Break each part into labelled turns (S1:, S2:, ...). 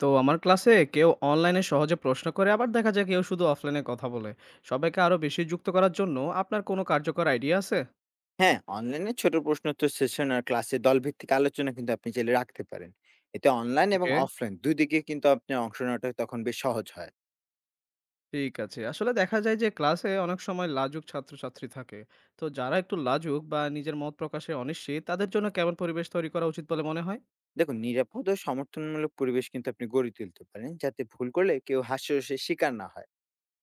S1: তো আমার ক্লাসে কেউ অনলাইনে সহজে প্রশ্ন করে আবার দেখা যায় কেউ শুধু অফলাইনে কথা বলে। সবাইকে আরো বেশি যুক্ত করার জন্য আপনার কোনো কার্যকর আইডিয়া আছে?
S2: হ্যাঁ, অনলাইনে ছোট প্রশ্নোত্তর সেশন আর ক্লাসে দলভিত্তিক আলোচনা কিন্তু আপনি চাইলে রাখতে পারেন। এতে অনলাইন এবং
S1: ওকে,
S2: অফলাইন ২ দিকে কিন্তু আপনার অংশ নেওয়াটা তখন বেশ সহজ হয়।
S1: ঠিক আছে। আসলে দেখা যায় যে ক্লাসে অনেক সময় লাজুক ছাত্রছাত্রী থাকে। তো যারা একটু লাজুক বা নিজের মত প্রকাশে অনিশ্চিত তাদের জন্য কেমন পরিবেশ তৈরি করা উচিত বলে মনে হয়?
S2: দেখুন, নিরাপদ ও সমর্থনমূলক পরিবেশ কিন্তু আপনি গড়ে তুলতে পারেন, যাতে ভুল করলে কেউ হাস্যরসের শিকার না হয়।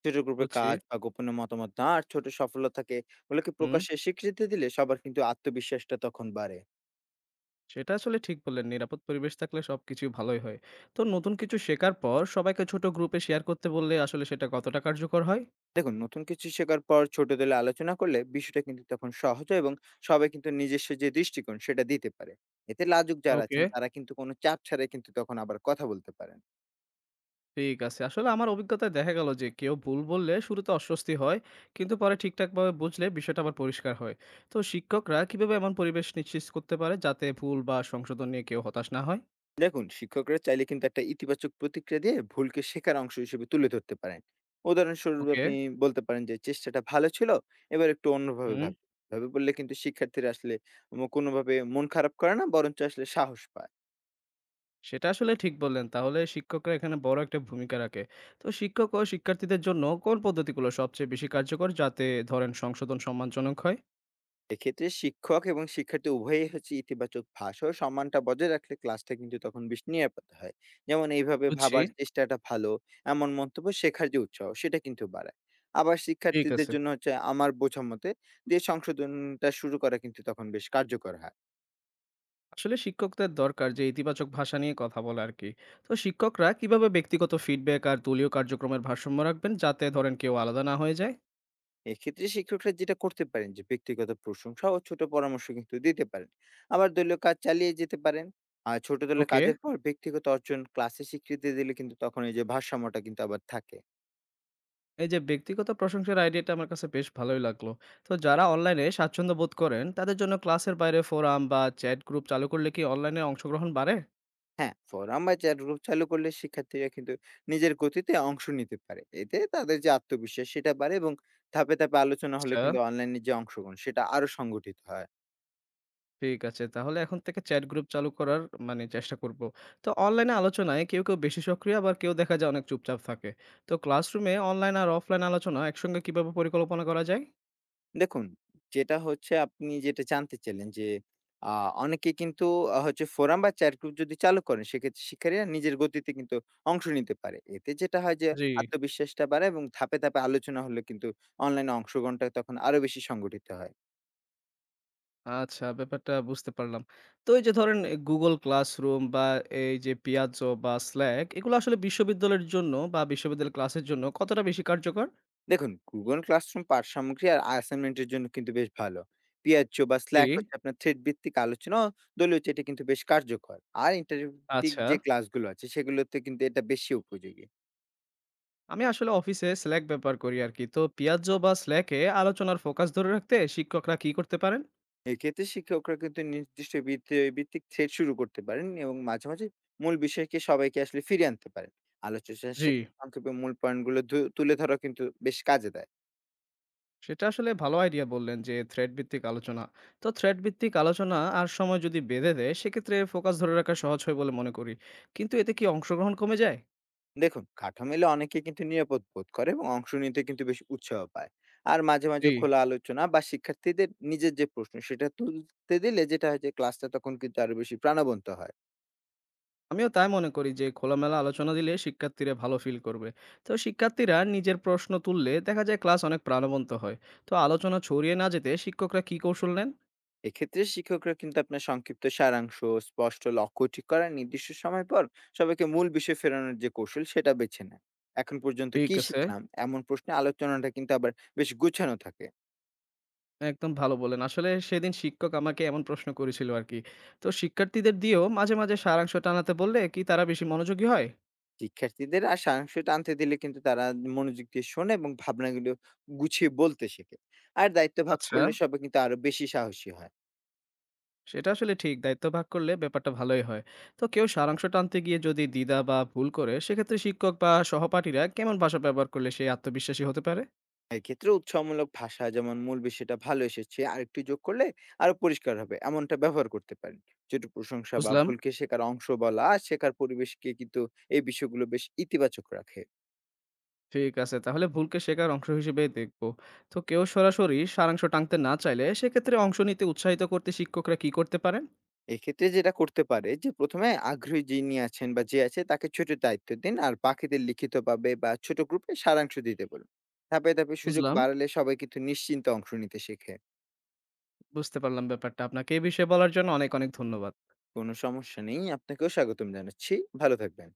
S2: ছোট গ্রুপে
S1: বুঝছি।
S2: কাজ বা গোপনীয় মতামত না আর ছোট সফলতাকে ওগুলোকে
S1: হুম,
S2: প্রকাশ্যে স্বীকৃতি দিলে সবার কিন্তু আত্মবিশ্বাসটা তখন বাড়ে।
S1: সেটা আসলে ঠিক বললেন। নিরাপদ পরিবেশ থাকলে সবকিছু ভালোই হয়। তো নতুন কিছু শেখার পর সবাইকে ছোট গ্রুপে শেয়ার করতে বললে আসলে সেটা কতটা কার্যকর হয়?
S2: দেখুন, নতুন কিছু শেখার পর ছোট দলে আলোচনা করলে বিষয়টা কিন্তু তখন সহজ হয়, এবং সবাই কিন্তু নিজস্ব যে দৃষ্টিকোণ সেটা দিতে পারে। এতে লাজুক যারা
S1: ওকে,
S2: আছেন তারা কিন্তু কোনো চাপ ছাড়াই কিন্তু তখন আবার কথা বলতে পারেন।
S1: ঠিক আছে। আসলে আমার অভিজ্ঞতায় দেখা গেল যে কেউ ভুল বললে শুরুতে অস্বস্তি হয়, কিন্তু পরে ঠিকঠাকভাবে বুঝলে বিষয়টা আবার পরিষ্কার হয়। তো শিক্ষকরা কিভাবে এমন পরিবেশ নিশ্চিত করতে পারে যাতে ভুল বা সংশোধন নিয়ে কেউ হতাশ না হয়?
S2: দেখুন, শিক্ষকরা চাইলে কিন্তু একটা ইতিবাচক প্রতিক্রিয়া দিয়ে ভুলকে শেখার অংশ হিসেবে তুলে ধরতে পারেন। উদাহরণস্বরূপ
S1: ওকে।
S2: আপনি বলতে পারেন যে চেষ্টাটা ভালো ছিল, এবার একটু অন্যভাবে
S1: হুম,
S2: ভাবে ভাবে বললে কিন্তু শিক্ষার্থীরা আসলে কোনোভাবে মন খারাপ করে না, বরঞ্চ আসলে সাহস পায়।
S1: সেটা আসলে ঠিক বললেন। তাহলে শিক্ষকরা এখানে বড় একটা ভূমিকা রাখে। তো শিক্ষক ও শিক্ষার্থীদের জন্য কোন পদ্ধতিগুলো সবচেয়ে বেশি কার্যকর যাতে ধরেন সংশোধন সম্মানজনক হয়?
S2: এক্ষেত্রে শিক্ষক এবং শিক্ষার্থী উভয়ই হচ্ছে ইতিবাচক ভাষা ও সম্মানটা বজায় রাখলে ক্লাসটা কিন্তু তখন বেশ নিরাপদ হয়। যেমন, এইভাবে
S1: বুঝছি,
S2: ভাবার চেষ্টাটা ভালো, এমন মন্তব্য শেখার যে উৎসাহ সেটা কিন্তু বাড়ায়। আবার
S1: ঠিক
S2: শিক্ষার্থীদের
S1: আছে।
S2: জন্য হচ্ছে আমার বোঝা মতে যে সংশোধনটা শুরু করা কিন্তু তখন বেশ কার্যকর হয়।
S1: আসলে শিক্ষকদের দরকার যে ইতিবাচক ভাষা নিয়ে কথা বলা আর কি। তো শিক্ষকরা কিভাবে ব্যক্তিগত ফিডব্যাক আর দলীয় কার্যক্রমের ভারসাম্য রাখবেন যাতে ধরেন কেউ আলাদা না হয়ে যায়?
S2: এক্ষেত্রে শিক্ষকরা যেটা করতে পারেন, যে ব্যক্তিগত প্রশংসা ও ছোট পরামর্শ কিন্তু দিতে পারেন, আবার দলীয় কাজ চালিয়ে যেতে পারেন। আর ছোট দলের
S1: ওকে,
S2: কাজের পর ব্যক্তিগত অর্জন ক্লাসে স্বীকৃতি দিলে কিন্তু তখন এই যে ভারসাম্যটা কিন্তু আবার থাকে।
S1: এই যে ব্যক্তিগত প্রশংসার আইডিয়াটা আমার কাছে বেশ ভালোই লাগলো। তো যারা অনলাইনে স্বাচ্ছন্দ্য বোধ করেন তাদের জন্য ক্লাসের বাইরে ফোরাম বা চ্যাট গ্রুপ চালু করলে কি অনলাইনে অংশগ্রহণ বাড়ে?
S2: হ্যাঁ, ফোরাম বা চ্যাট গ্রুপ চালু করলে শিক্ষার্থীরা কিন্তু নিজের গতিতে অংশ নিতে পারে। এতে তাদের যে আত্মবিশ্বাস সেটা বাড়ে, এবং ধাপে ধাপে আলোচনা হলে
S1: আচ্ছা,
S2: কিন্তু অনলাইনে যে অংশগ্রহণ সেটা আরো সংগঠিত হয়।
S1: ঠিক আছে। তাহলে এখন থেকে চ্যাট গ্রুপ চালু করার মানে চেষ্টা করব। তো অনলাইন আলোচনায় কেউ বেশি সক্রিয় আবার কেউ দেখা যায় অনেক চুপচাপ থাকে। তো ক্লাসরুমে অনলাইন আর অফলাইন আলোচনা একসঙ্গে কিভাবে পরিকল্পনা করা যায়?
S2: দেখুন, যেটা হচ্ছে আপনি যেটা জানতে চাইলেন যে আ অনেকে কিন্তু হচ্ছে, ফোরাম বা চ্যাট গ্রুপ যদি চালু করেন সেক্ষেত্রে শিক্ষার্থীরা নিজের গতিতে কিন্তু অংশ নিতে পারে। এতে যেটা হয় যে
S1: জি।
S2: আত্মবিশ্বাসটা বাড়ে, এবং ধাপে ধাপে আলোচনা হলে কিন্তু অনলাইনে অংশগ্রহণটা তখন আরো বেশি সংগঠিত হয়।
S1: আচ্ছা, ব্যাপারটা বুঝতে পারলাম। তো এই যে ধরেন Google Classroom বা এই যে Piazzo বা Slack এগুলো আসলে বিশ্ববিদ্যালয়ের জন্য বা বিশ্ববিদ্যালয়ের ক্লাসের জন্য কতটা বেশি কার্যকর?
S2: দেখুন, Google Classroom পাঠ সামগ্রী আর অ্যাসাইনমেন্টের জন্য কিন্তু বেশ ভালো। পিয়াচ্চো বা
S1: জি,
S2: Slack হচ্ছে আপনার থ্রেড ভিত্তিক আলোচনা ও দলীয় চ্যাটে কিন্তু বেশ কার্যকর। আর ইন্টারেক্টিভ
S1: আচ্ছা।
S2: যে ক্লাসগুলো আছে সেগুলোতে কিন্তু এটা বেশি উপযোগী।
S1: আমি আসলে অফিসে Slack ব্যবহার করি আরকি। তো Piazzo বা Slack এ আলোচনার ফোকাস ধরে রাখতে শিক্ষকরা কি করতে পারেন?
S2: এক্ষেত্রে শিক্ষকরা কিন্তু নির্দিষ্ট ভিত্তি ভিত্তিক থ্রেড শুরু করতে পারেন, এবং মাঝে মাঝে মূল বিষয়কে সবাইকে আসলে ফিরিয়ে আনতে পারেন। আলোচনা
S1: জি,
S2: শেষে সংক্ষেপে মূল পয়েন্টগুলো ধু তুলে ধরা কিন্তু বেশ কাজে দেয়।
S1: সেটা আসলে ভালো আইডিয়া বললেন যে থ্রেড ভিত্তিক আলোচনা। তো থ্রেড ভিত্তিক আলোচনা আর সময় যদি বেঁধে দেয় সেক্ষেত্রে ফোকাস ধরে রাখা সহজ হয় বলে মনে করি। কিন্তু এতে কি অংশগ্রহণ কমে যায়?
S2: দেখুন, কাঠো মেলে অনেকে কিন্তু নিরাপদ বোধ করে এবং অংশ নিতে কিন্তু বেশ উৎসাহ পায়। আর মাঝে
S1: জি,
S2: মাঝে খোলা আলোচনা বা শিক্ষার্থীদের নিজের যে প্রশ্ন সেটা তুলতে দিলে যেটা হয় যে ক্লাসটা তখন কিন্তু আরো বেশি প্রাণবন্ত হয়।
S1: আমিও তাই মনে করি যে খোলামেলা আলোচনা দিলে শিক্ষার্থীরা ভালো ফিল করবে। তো শিক্ষার্থীরা নিজের প্রশ্ন তুললে দেখা যায় ক্লাস অনেক প্রাণবন্ত হয়। তো আলোচনা ছড়িয়ে না যেতে শিক্ষকরা কী কৌশল নেন?
S2: এক্ষেত্রে শিক্ষকরা কিন্তু আপনার সংক্ষিপ্ত সারাংশ, স্পষ্ট লক্ষ্য ঠিক করার নির্দিষ্ট সময় পর সবাইকে মূল বিষয় ফেরানোর যে কৌশল সেটা বেছে নেয়। এখন পর্যন্ত
S1: ঠিক
S2: কি
S1: আছে,
S2: শিখলাম এমন প্রশ্নে আলোচনাটা কিন্তু আবার বেশ গুছানো থাকে।
S1: একদম ভালো বললেন। আসলে সেদিন শিক্ষক আমাকে এমন প্রশ্ন করেছিল আরকি। তো শিক্ষার্থীদের দিয়েও মাঝে, মাঝে সারাংশ টানাতে বললে কি তারা বেশি মনোযোগী হয়?
S2: শিক্ষার্থীদের আর সারাংশ টানতে দিলে কিন্তু তারা মনোযোগ দিয়ে শোনে এবং ভাবনাগুলো গুছিয়ে বলতে শেখে। আর দায়িত্ব ভাগ
S1: আচ্ছা,
S2: করলে সবাই কিন্তু আরো বেশি সাহসী হয়।
S1: সেটা আসলে ঠিক। দায়িত্ব ভাগ করলে ব্যাপারটা ভালোই হয়। তো কেউ সারাংশ টানতে গিয়ে যদি দ্বিধা বা ভুল করে, সেক্ষেত্রে শিক্ষক বা সহপাঠীরা কেমন ভাষা ব্যবহার করলে সে আত্মবিশ্বাসী হতে পারে?
S2: এক্ষেত্রে উৎসাহমূলক ভাষা, যেমন মূল বিষয়টা ভালো এসেছে আর একটু যোগ করলে আরো পরিষ্কার হবে, এমনটা ব্যবহার করতে পারেন। যেটা প্রশংসা বা
S1: বুঝলাম,
S2: ভুলকে শেখার অংশ বলা আর শেখার পরিবেশকে কিন্তু এই বিষয়গুলো বেশ ইতিবাচক রাখে।
S1: ঠিক আছে। তাহলে ভুলকে শেখার অংশ হিসেবেই দেখব। তো কেউ সরাসরি সারাংশ টানতে না চাইলে, সেক্ষেত্রে অংশ নিতে উৎসাহিত করতে শিক্ষকরা কি করতে পারেন?
S2: এক্ষেত্রে যেটা করতে পারে যে, ১ম এ আগ্রহী যিনি আছেন বা যে আছে তাকে ছোট দায়িত্ব দিন। আর বাকিদের লিখিতভাবে বা ছোট গ্রুপে সারাংশ দিতে বলুন। ধাপে ধাপে সুযোগ
S1: বুঝলাম,
S2: বাড়ালে সবাই কিন্তু নিশ্চিন্তে অংশ নিতে শেখে।
S1: বুঝতে পারলাম ব্যাপারটা। আপনাকে এ বিষয়ে বলার জন্য অনেক, অনেক ধন্যবাদ।
S2: কোনো সমস্যা নেই। আপনাকেও স্বাগতম জানাচ্ছি। ভালো থাকবেন।